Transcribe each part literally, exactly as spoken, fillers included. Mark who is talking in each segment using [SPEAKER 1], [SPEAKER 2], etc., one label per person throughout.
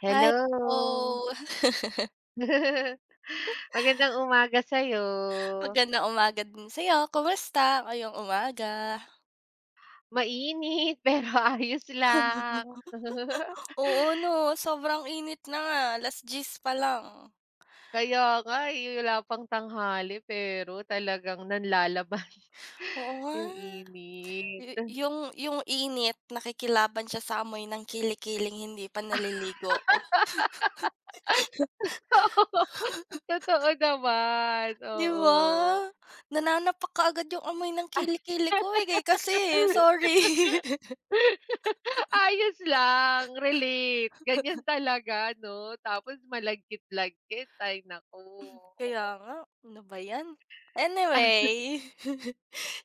[SPEAKER 1] Hello.
[SPEAKER 2] Hello,
[SPEAKER 1] Magandang umaga sa'yo.
[SPEAKER 2] magandang umaga din sa'yo, kumusta ngayong umaga?
[SPEAKER 1] Mainit pero ayos lang.
[SPEAKER 2] Oo 'no, sobrang init na nga, alas diyes pa lang.
[SPEAKER 1] Kaya nga, eh, wala pang tanghali pero talagang nanlalaban
[SPEAKER 2] Oo nga,
[SPEAKER 1] yung init.
[SPEAKER 2] yu yung yung init nakikilaban siya sa amoy ng kili-kiling hindi pa naliligo,
[SPEAKER 1] Oo, totoo naman,
[SPEAKER 2] 'di ba?
[SPEAKER 1] oo.
[SPEAKER 2] Nananapak kaagad yung amoy ng kili-kili ko, eh, kay- kasi, sorry.
[SPEAKER 1] Ayos lang, relate. Ganyan talaga 'no, tapos malagkit-lagkit, ay naku,
[SPEAKER 2] Kaya nga, ano ba 'yan?
[SPEAKER 1] oo.
[SPEAKER 2] Anyway.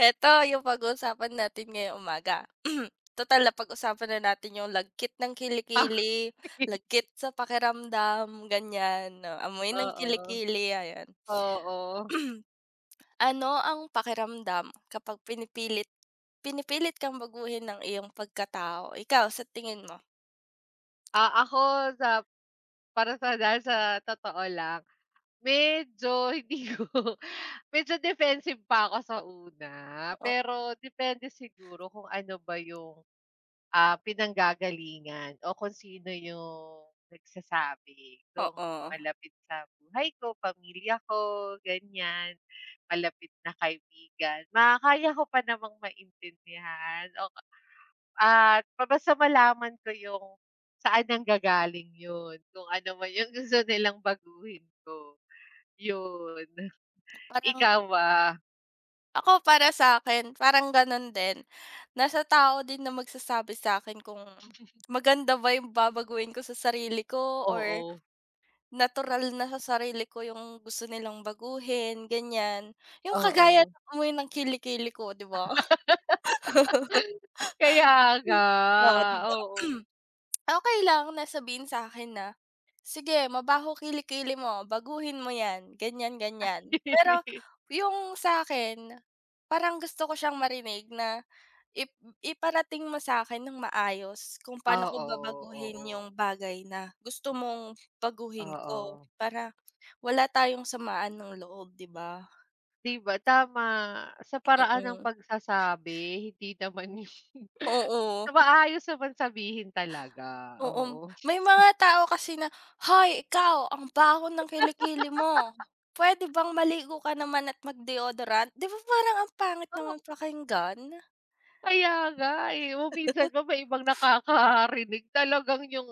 [SPEAKER 2] Eto yung pag-uusapan natin ngayong umaga. Tutal pag usapan na natin yung lagkit ng
[SPEAKER 1] Ay,
[SPEAKER 2] kilikili, lagkit sa pakiramdam, ganyan, oh, amoy ng
[SPEAKER 1] oo,
[SPEAKER 2] kilikili, ayan.
[SPEAKER 1] oo.
[SPEAKER 2] Ano ang pakiramdam kapag pinipilit pinipilit kang baguhin ng iyong pagkatao? Ikaw, sa tingin mo?
[SPEAKER 1] Ah, ako sa para sa dahil sa totoo lang, medyo hindi ko medyo defensive pa ako sa una, pero depende siguro kung ano ba yung, ah, pinanggagalingan o kung sino yung nagsasabi
[SPEAKER 2] O,
[SPEAKER 1] kung
[SPEAKER 2] oo.
[SPEAKER 1] malapit sa buhay ko, pamilya ko, ganyan, malapit na kaibigan, ma kaya ko pa namang maintindihan o At pa basta malaman ko yung saan nanggagaling yun, kung ano man yung gusto nilang baguhin ko, yun.
[SPEAKER 2] Parang
[SPEAKER 1] Ikaw ba?
[SPEAKER 2] ako para sa akin parang gano'n din. Nasa tao din na magsasabi sa akin kung maganda ba yung babaguhin ko sa sarili ko or
[SPEAKER 1] Oo,
[SPEAKER 2] natural na sa sarili ko yung gusto nilang baguhin, ganyan. Yung kagaya
[SPEAKER 1] oo.
[SPEAKER 2] ng amoy ng kili ko, 'di ba?
[SPEAKER 1] Kaya nga,
[SPEAKER 2] Oo, 'di ba?
[SPEAKER 1] oo.
[SPEAKER 2] Okay lang na sabihin sa akin na, "Sige, mabaho kili mo, baguhin mo 'yan." Ganyan, ganyan. Pero yung sa akin parang gusto ko siyang marinig na Ip iparating mo sa'kin ng maayos kung paano ko
[SPEAKER 1] Oo,
[SPEAKER 2] babaguhin
[SPEAKER 1] oo,
[SPEAKER 2] yung bagay na gusto mong baguhin ko
[SPEAKER 1] oo.
[SPEAKER 2] para wala tayong samaan ng loob, 'di ba?
[SPEAKER 1] 'Di ba tama, sa paraan ng
[SPEAKER 2] Mm,
[SPEAKER 1] pagsasabi hindi naman
[SPEAKER 2] oo,
[SPEAKER 1] yung maayos naman sabihin talaga,
[SPEAKER 2] oo.
[SPEAKER 1] oo.
[SPEAKER 2] May mga tao kasi na, "Hoy ikaw ang baho ng kilikili mo, puwede bang maligo ka naman at mag-deodorant?" 'Di ba parang ang pangit naman pakinggan?
[SPEAKER 1] Kaya nga, eh. O minsan pa may ibang nakakarinig talagang yung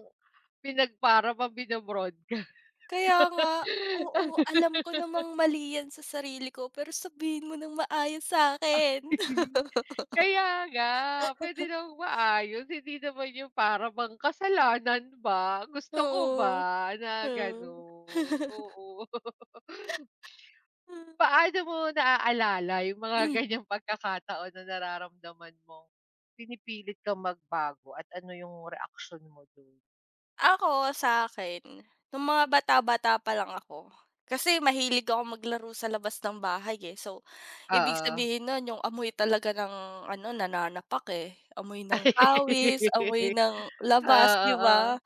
[SPEAKER 1] pinagpara pa bino-broadcast.
[SPEAKER 2] Kaya nga, oo, alam ko namang mali yan sa sarili ko pero sabihin mo ng maayos sa'kin.
[SPEAKER 1] Kaya nga, puwede namang maayos, hindi naman yung para bang kasalanan ba, gusto ko
[SPEAKER 2] Oo,
[SPEAKER 1] ba, na
[SPEAKER 2] hmm.
[SPEAKER 1] gano'n. Oo. Paano mo naaalala yung mga ganiyang pagkakataon na nararamdaman mong pinipilit kang magbago at ano yung reaksyon mo do'n?
[SPEAKER 2] Ako sa'kin, nung mga bata-bata pa lang ako, kasi mahilig ako maglaro sa labas ng bahay, eh. So, ibig
[SPEAKER 1] Oo.
[SPEAKER 2] sabihin nun yung amoy talaga ng ano, nananapak, eh. Amoy ng pawis, amoy ng labas,
[SPEAKER 1] Oo,
[SPEAKER 2] 'di ba?
[SPEAKER 1] oo.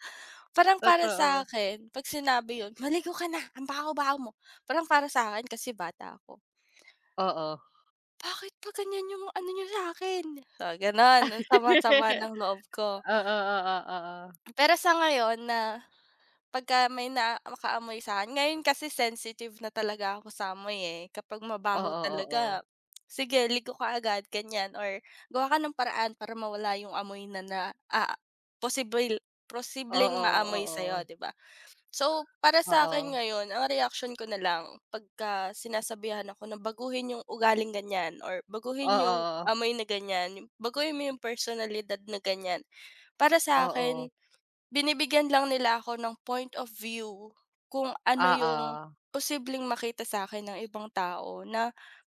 [SPEAKER 2] Parang para sa
[SPEAKER 1] Totoo.
[SPEAKER 2] akin, 'pag sinabi yun, "Maligo ka na, ang baho-baho mo." Parang para sa akin, kasi bata ako,
[SPEAKER 1] Oo.
[SPEAKER 2] "Bakit pa ganyan yung ano niyo sa'kin?" So, gano'n. Ang sama-sama ng loob ko.
[SPEAKER 1] Oo, oo, oo.
[SPEAKER 2] Pero sa ngayon na pagka may nakaamoy sa'kin ngayon kasi sensitive na talaga ako sa amoy, eh. Kapag mabaho
[SPEAKER 1] Oo,
[SPEAKER 2] talaga,
[SPEAKER 1] oo.
[SPEAKER 2] sige ligo ka agad ganyan or gawa ka ng paraan para mawala yung amoy na na ah, possible, posibleng
[SPEAKER 1] Oo,
[SPEAKER 2] maamoy sa'yo,
[SPEAKER 1] oo.
[SPEAKER 2] 'di ba? So, para sa akin
[SPEAKER 1] Oo.
[SPEAKER 2] ngayon ang reaksyon ko na lang pagka sinasabihan ako na baguhin yung ugaling ganyan or baguhin yung
[SPEAKER 1] Oo.
[SPEAKER 2] amoy na ganyan, yung- baguhin mo yung personalidad na ganyan. Para sa
[SPEAKER 1] Oo.
[SPEAKER 2] akin binibigyan lang nila ako ng point of view kung ano yung
[SPEAKER 1] Oo.
[SPEAKER 2] posibleng makita sa akin ng ibang tao na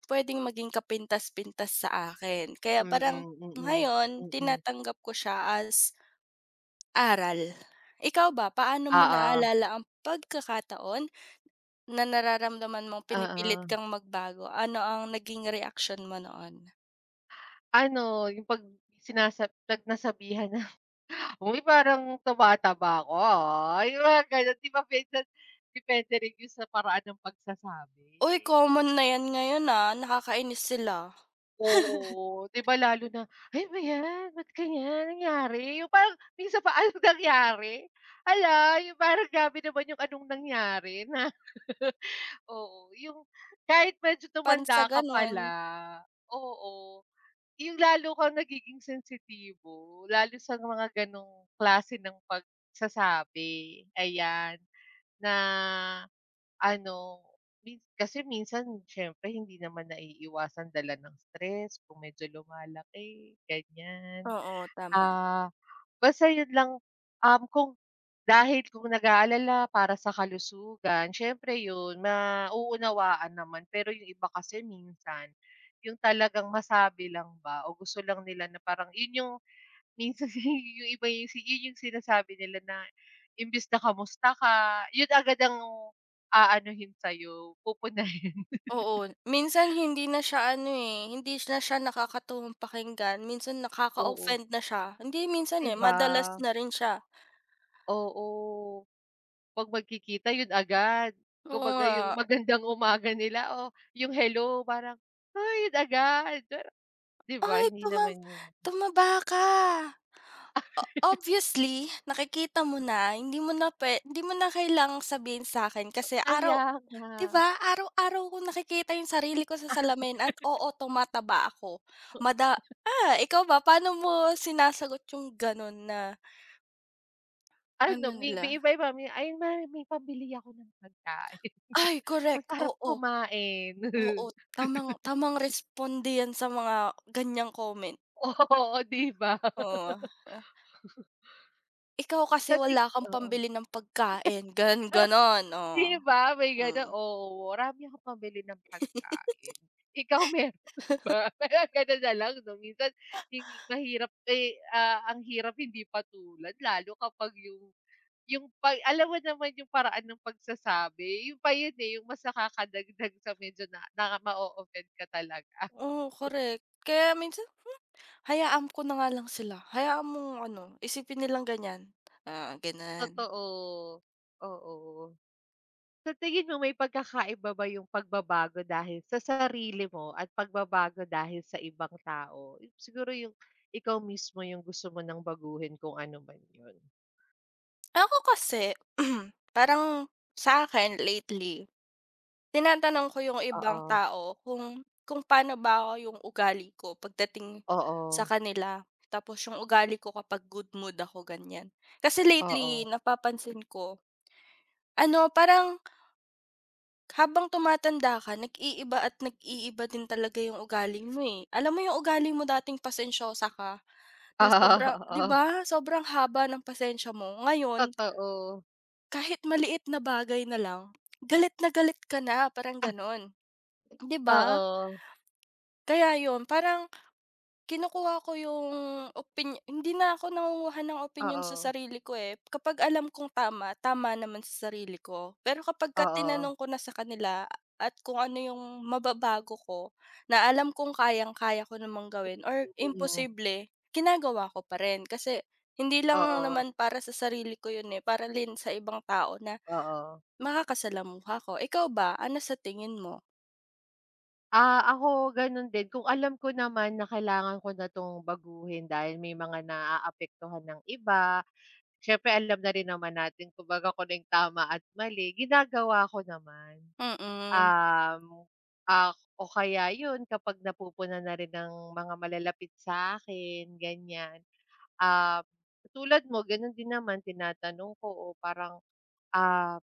[SPEAKER 2] puwedeng maging kapintas-pintas sa akin. Kaya parang
[SPEAKER 1] Mm, mm.
[SPEAKER 2] ngayon
[SPEAKER 1] Mm, mm.
[SPEAKER 2] tinatanggap ko siya as aral. Ikaw ba, paano mo
[SPEAKER 1] Oo.
[SPEAKER 2] naalala ang pagkakataon na nararamdaman mong pinipilit
[SPEAKER 1] Oo.
[SPEAKER 2] kang magbago? Ano ang naging reaction mo noon?
[SPEAKER 1] Ano, yung 'pag sinasa 'pag nasabihan na, "Uy, parang tumataba ako, ah." Yung mga gano'n. 'Di ba minsan depende rin yun sa paraan ng pagsasabi.
[SPEAKER 2] Uy, common na 'yan ngayon, ah, nakakainis sila.
[SPEAKER 1] Oo, 'di ba lalo na, ay ba 'yan, ba't ganyan nangyari?" Yung parang minsan pa, "Anong nangyari? Hala, yung parang grabe naman yung anong nangyari" na oo, yung kahit medyo
[SPEAKER 2] Pan sa
[SPEAKER 1] tumanda ka
[SPEAKER 2] gano'n.
[SPEAKER 1] pala, oo, yung lalo kang nagiging sensitibo, lalo sa mga gano'ng klase ng pagsasabi, ayan, na ano, mins kasi minsan siyempre hindi naman naiiwasan dala ng stress kung medyo lumalaki, ganyan.
[SPEAKER 2] Oo, tama.
[SPEAKER 1] Ah, basta yun lang, um, kung dahil kung nag-aalala para sa kalusugan, siyempre yun mauunawaan naman. Pero yung iba kasi minsan, yung talagang masabi lang ba o gusto lang nila na parang yun yung Minsan yung iba yung si yun yung sinasabi nila na imbes na kamusta ka, yun agad ang aanuhin sa'yo, pupunahin.
[SPEAKER 2] Oo, minsan hindi na siya ano, eh, hindi na siya nakakatuwang pakinggan, minsan
[SPEAKER 1] Oo,
[SPEAKER 2] nakaka-offend na siya. Hindi minsan,
[SPEAKER 1] 'di
[SPEAKER 2] eh,
[SPEAKER 1] ba?
[SPEAKER 2] madalas na rin siya.
[SPEAKER 1] Oo. 'Pag magkikita yun agad.
[SPEAKER 2] Oo
[SPEAKER 1] Kumbaga
[SPEAKER 2] nga.
[SPEAKER 1] yung magandang umaga nila o yung hello parang, ay yun agad. Pero 'di ba
[SPEAKER 2] "Oy,
[SPEAKER 1] hindi
[SPEAKER 2] tuma
[SPEAKER 1] naman yun
[SPEAKER 2] tumaba ka." O obviously, nakikita mo na, hindi mo na pwe hindi mo na kailangang sabihin sa'kin kasi araw
[SPEAKER 1] kaya nga.
[SPEAKER 2] 'di ba, araw-araw kong nakikita yung sarili ko sa salamin at oo, tumataba ako. Mada ah, ikaw ba, paano mo sinasagot yung gano'n na ano
[SPEAKER 1] Ano may
[SPEAKER 2] nila?
[SPEAKER 1] may iba-iba, may, "Ay ma may pambili ako ng pagkain,
[SPEAKER 2] Ay correct,
[SPEAKER 1] masarap
[SPEAKER 2] oo.
[SPEAKER 1] kumain."
[SPEAKER 2] Oo, tamang tamang responde 'yan sa mga ganyang comment,
[SPEAKER 1] Oo, 'di ba?
[SPEAKER 2] oo. Ah, "Ikaw kasi
[SPEAKER 1] Sa tig
[SPEAKER 2] wala kang
[SPEAKER 1] oo.
[SPEAKER 2] pambili ng pagkain," gan gano'n, oh,
[SPEAKER 1] 'Di ba may
[SPEAKER 2] mm.
[SPEAKER 1] gano'n? Oo, marami akong pambili ng pagkain. Ikaw meron ba? Parang gano'n na lang 'no, minsan hin mahirap eh, ah, ang hirap hindi patulan lalo kapag yung yung pa alam mo naman yung paraan ng pagsasabi, yun pa yun eh, yung mas nakakadagdag sa medyo na na ma-o-offend ka talaga.
[SPEAKER 2] Oo, correct. Kaya minsan hayaan ko na nga lang sila, hayaan mong ano, isipin nilang ganyan, ah, ganan.
[SPEAKER 1] Totoo, oo. Sa tingin mo may pagkakaiba ba yung pagbabago dahil sa sarili mo at pagbabago dahil sa ibang tao? Siguro yung ikaw mismo yung gusto mo ng baguhin kung ano man yun.
[SPEAKER 2] Ako kasi, parang sa akin lately tinatanong ko yung ibang
[SPEAKER 1] Oo,
[SPEAKER 2] tao kung kung paano ba yung ugali ko pagdating sa
[SPEAKER 1] oo,
[SPEAKER 2] kanila, tapos yung ugali ko kapag good mood ako, ganyan. Kasi
[SPEAKER 1] oo.
[SPEAKER 2] lately napapansin ko, ano parang habang tumatanda ka nag-iiba at nag-iiba din talaga yung ugali mo, eh. Alam mo yung ugali mo dating pasensyosa ka na sobra 'di
[SPEAKER 1] Oo,
[SPEAKER 2] ba, sobrang haba ng pasensya mo, ngayon
[SPEAKER 1] totoo.
[SPEAKER 2] kahit maliit na bagay na lang, galit na galit ka na, parang
[SPEAKER 1] Ah,
[SPEAKER 2] gano'n, 'di ba?
[SPEAKER 1] oo,
[SPEAKER 2] Kaya yun, parang kinukuha ko yung opinyo hindi na ako nangunguha ng opinyon sa
[SPEAKER 1] oo,
[SPEAKER 2] sarili ko, eh. Kapag alam kong tama, tama naman sa sarili ko. Pero kapag kapagka
[SPEAKER 1] oo.
[SPEAKER 2] tinanong ko na sa kanila at kung ano yung mababago ko, na alam kong kayang-kaya ko namang gawin or
[SPEAKER 1] Mm,
[SPEAKER 2] imposible, ginagawa ko pa rin. Kasi hindi lang
[SPEAKER 1] oo,
[SPEAKER 2] naman para sa sarili ko yun, eh, para din sa ibang tao na
[SPEAKER 1] oo.
[SPEAKER 2] makakasalamuha ko. Ikaw ba, ano sa tingin mo?
[SPEAKER 1] Ah, ako ganun din. Kung alam ko naman na kailangan ko na 'tong baguhin dahil may mga naaapektuhan ng iba Siyempre alam na rin naman natin kumbaga kung ano yung tama at mali, ginagawa ko naman.
[SPEAKER 2] Mm.
[SPEAKER 1] Um, ah, o kaya yun kapag napupunan na rin ng mga malalapit sa akin ganyan, ah, tulad mo ganun din naman tinatanong ko o parang, ah,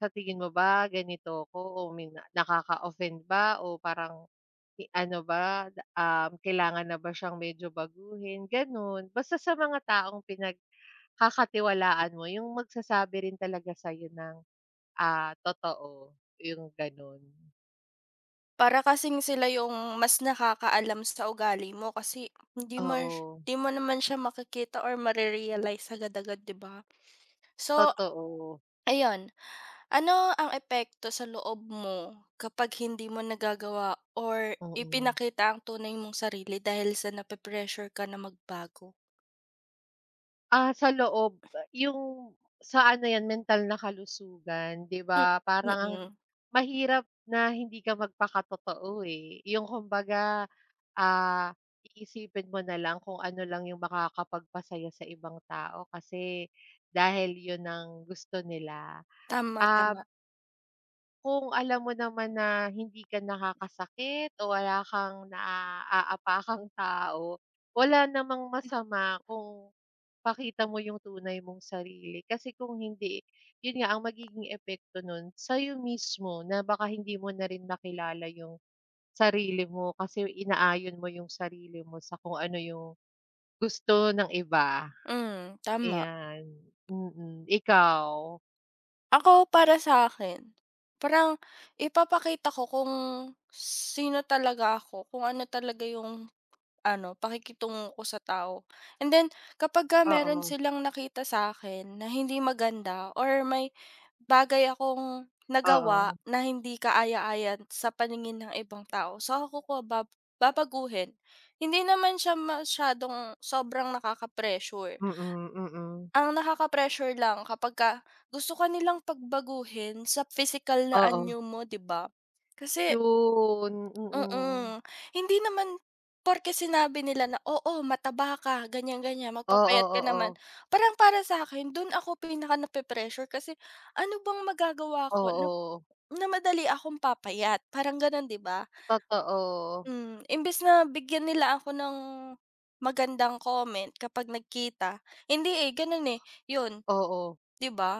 [SPEAKER 1] sa tingin mo ba ganito ko o may na nakaka-offend ba o parang i ano ba, um, kailangan na ba siyang medyo baguhin, ganun. Basta sa mga taong pinag Kakatiwalaan mo yung magsasabi rin talaga sa'yo ng, ah, totoo, yung gano'n.
[SPEAKER 2] Para kasing sila yung mas nakakaalam sa ugali mo kasi hindi mo sh
[SPEAKER 1] Oo,
[SPEAKER 2] hindi mo naman siya makikita or mare-realize agad-agad, 'di ba? So,
[SPEAKER 1] totoo,
[SPEAKER 2] ayun, ano ang epekto sa loob mo kapag hindi mo nagagawa or
[SPEAKER 1] oo.
[SPEAKER 2] ipinakita ang tunay mong sarili dahil sa nape-pressure ka na magbago?
[SPEAKER 1] Ah, sa loob yung sa ano 'yan mental na kalusugan 'di
[SPEAKER 2] M
[SPEAKER 1] ba
[SPEAKER 2] mm.
[SPEAKER 1] parang ang
[SPEAKER 2] Mm-mm.
[SPEAKER 1] mahirap na hindi ka magpakatotoo, eh. Yung kumbaga, ah, iisipin mo na lang kung ano lang yung makakapagpasaya sa ibang tao kasi dahil yun ang gusto nila.
[SPEAKER 2] Tama,
[SPEAKER 1] Ah
[SPEAKER 2] tama.
[SPEAKER 1] Kung alam mo naman na hindi ka nakakasakit o wala kang naaapakang tao, wala namang masama kung pakita mo yung tunay mong sarili. Kasi kung hindi, yun nga ang magiging epekto nun sa'yo mismo na baka hindi mo na rin makilala yung sarili mo kasi inaayon mo yung sarili mo sa kung ano yung gusto ng iba.
[SPEAKER 2] Hmm, tama.
[SPEAKER 1] Ayan, mm. Ikaw?
[SPEAKER 2] Ako para sa akin parang ipapakita ko kung sino talaga ako, kung ano talaga yung ano, pakikitungo ko sa tao. And then kapagka meron
[SPEAKER 1] Oo,
[SPEAKER 2] silang nakita sa akin na hindi maganda or may bagay akong
[SPEAKER 1] oo.
[SPEAKER 2] nagawa na hindi kaaya-aya sa paningin ng ibang tao, saka ko ko bab babaguhin. Hindi naman siya masyadong sobrang nakaka-pressure.
[SPEAKER 1] Mm, mm.
[SPEAKER 2] Ang nakaka-pressure lang kapag ka gusto ka nilang pagbaguhin sa physical na
[SPEAKER 1] Oo.
[SPEAKER 2] anyo mo, 'di ba? Kasi
[SPEAKER 1] Yun, mm.
[SPEAKER 2] mm. Hindi naman porke sinabi nila na, "Oo, mataba ka, ganyan-ganyan,
[SPEAKER 1] Oo,
[SPEAKER 2] magpapayat ka naman."
[SPEAKER 1] oo.
[SPEAKER 2] Parang para sa'kin dun ako pinaka nape-pressure kasi ano bang magagawa ko na
[SPEAKER 1] Oo,
[SPEAKER 2] na madali akong papayat, parang gano'n, 'di ba?
[SPEAKER 1] totoo.
[SPEAKER 2] Hmm, imbes na bigyan nila ako ng magandang comment kapag nagkita, hindi, eh, gano'n, eh. Yun,
[SPEAKER 1] Oo.
[SPEAKER 2] 'di ba?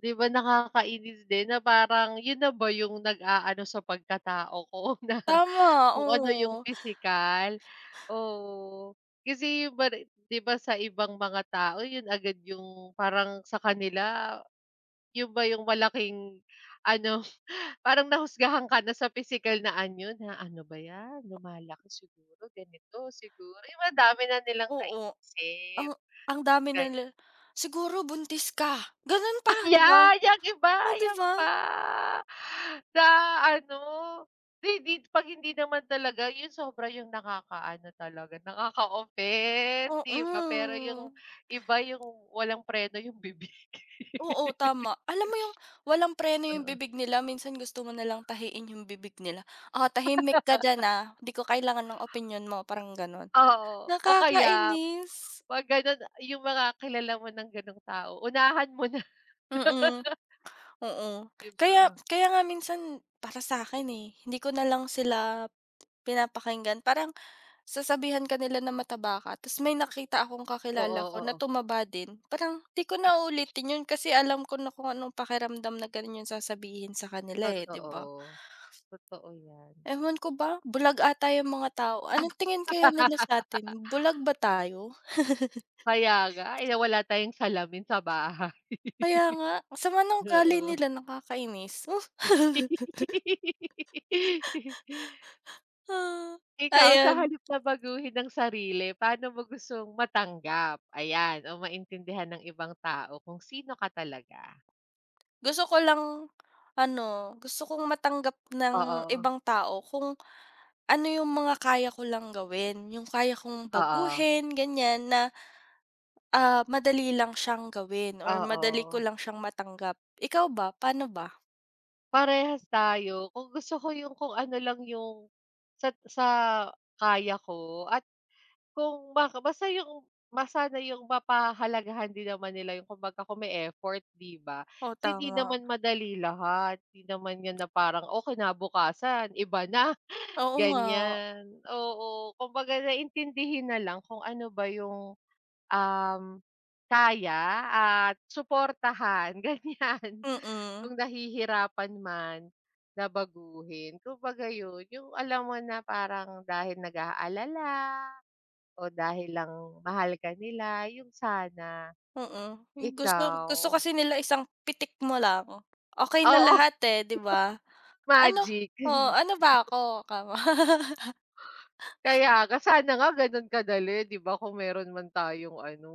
[SPEAKER 1] 'Di ba nakakainis din na parang yun na ba yung nag-aano sa pagkatao ko na
[SPEAKER 2] Tama,
[SPEAKER 1] kung ano yung
[SPEAKER 2] oo.
[SPEAKER 1] pisikal? Oo. Kasi yung ba 'di ba sa ibang mga tao yun agad yung parang sa kanila Yun ba yung malaking ano, parang nahusgahan ka na sa physical na anyo na, "Ano ba 'yan, lumalaki siguro, ganito siguro." Yung madami na nilang
[SPEAKER 2] Oo, ang
[SPEAKER 1] naisip,
[SPEAKER 2] ang dami na
[SPEAKER 1] ganyan.
[SPEAKER 2] nila, "Siguro buntis ka." Gano'n pa, 'di ba?
[SPEAKER 1] Ayan, yung iba,
[SPEAKER 2] Oh, 'di
[SPEAKER 1] ayan
[SPEAKER 2] ba?
[SPEAKER 1] pa, na ano, di di 'pag hindi naman talaga yun sobra yung nakakaano talaga, nakaka-offend,
[SPEAKER 2] Oo.
[SPEAKER 1] di ba? Pero yung iba yung walang preno yung bibig.
[SPEAKER 2] Oo, tama. Alam mo yung walang preno yung
[SPEAKER 1] Oo.
[SPEAKER 2] bibig nila, minsan gusto mo nalang tahiin yung bibig nila. Ah tahimik ka diyan, ah, 'di ko kailangan ng opinyon mo, parang gano'n.
[SPEAKER 1] Oo, o kaya
[SPEAKER 2] Nakakainis.
[SPEAKER 1] 'Pag gano'n, yung mga kilala mo ng gano'ng tao, unahan mo na,
[SPEAKER 2] Mm, oo.
[SPEAKER 1] 'di
[SPEAKER 2] Kaya
[SPEAKER 1] ba?
[SPEAKER 2] kaya nga minsan para sa'kin, eh, hindi ko nalang sila pinapakinggan parang sasabihan ka nila na mataba ka ta's may nakita akong
[SPEAKER 1] Oo,
[SPEAKER 2] kakilala ko na
[SPEAKER 1] oo.
[SPEAKER 2] tumaba din, parang 'di ko na uulitin 'yun kasi alam ko na kung anong pakiramdam na gano'n 'yung sasabihin sa kanila, eh, 'di ba?
[SPEAKER 1] Totoo. Totoo 'yan.
[SPEAKER 2] Ewan ko ba, bulag ata 'yung mga tao. Anong tingin kaya nila sa'tin, bulag ba tayo?
[SPEAKER 1] Kaya nga, eh, wala tayong salamin sa bahay.
[SPEAKER 2] Kaya nga, ang sama ng ugali
[SPEAKER 1] Oo.
[SPEAKER 2] nila nakakainis. Ah,
[SPEAKER 1] Ikaw, sa
[SPEAKER 2] ayan.
[SPEAKER 1] halip na baguhin ang sarili, paano mo gustong matanggap, ayan, o maintindihan ng ibang tao kung sino ka talaga?
[SPEAKER 2] Gusto ko lang ano, gusto kong matanggap ng
[SPEAKER 1] Oo.
[SPEAKER 2] ibang tao kung ano yung mga kaya ko lang gawin, yung kaya kong
[SPEAKER 1] Oo.
[SPEAKER 2] baguhin ganyan na, ah, madali lang siyang gawin or madali ko
[SPEAKER 1] Oo.
[SPEAKER 2] lang siyang matanggap. Ikaw ba, paano ba?
[SPEAKER 1] Parehas tayo. Kung gusto ko yung kung ano lang yung sa sa kaya ko at kung maka basta yung ma sana yung mapahalagahan din naman nila yung kumbaga kung may effort, 'di ba?
[SPEAKER 2] Oo,
[SPEAKER 1] Kasi 'di
[SPEAKER 2] tama.
[SPEAKER 1] naman madali lahat. 'Di naman 'yan na parang, "Oh, kinabukasan iba na."
[SPEAKER 2] Oo nga,
[SPEAKER 1] Ganyan. Oo, kumbaga naintindihin na lang kung ano ba yung Um, kaya at suportahan ganyan. Kung
[SPEAKER 2] mm,
[SPEAKER 1] nahihirapan man na baguhin kumbaga yun, yung alam mo na parang dahil nag-aalala o dahil lang mahal ka nila yung sana
[SPEAKER 2] mm. Yung gusto gusto
[SPEAKER 1] ikaw
[SPEAKER 2] kasi nila isang pitik mo lang, okay na
[SPEAKER 1] oo,
[SPEAKER 2] lahat, eh, 'di ba? Ano
[SPEAKER 1] magic.
[SPEAKER 2] oo, ano ba ako? Kama
[SPEAKER 1] Kaya nga sana nga ganun kadali 'di ba kung meron man tayong ano,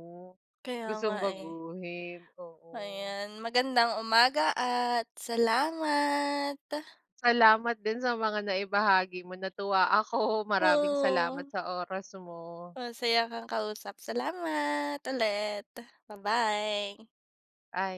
[SPEAKER 2] Kaya nga,
[SPEAKER 1] gustong
[SPEAKER 2] eh.
[SPEAKER 1] baguhin, oo.
[SPEAKER 2] Ayan, magandang umaga at salamat.
[SPEAKER 1] Salamat din sa mga naibahagi mo, natuwa ako. Maraming
[SPEAKER 2] Oo.
[SPEAKER 1] salamat sa oras mo.
[SPEAKER 2] Masaya kang kausap. Salamat ulit. Bye bye.
[SPEAKER 1] Ay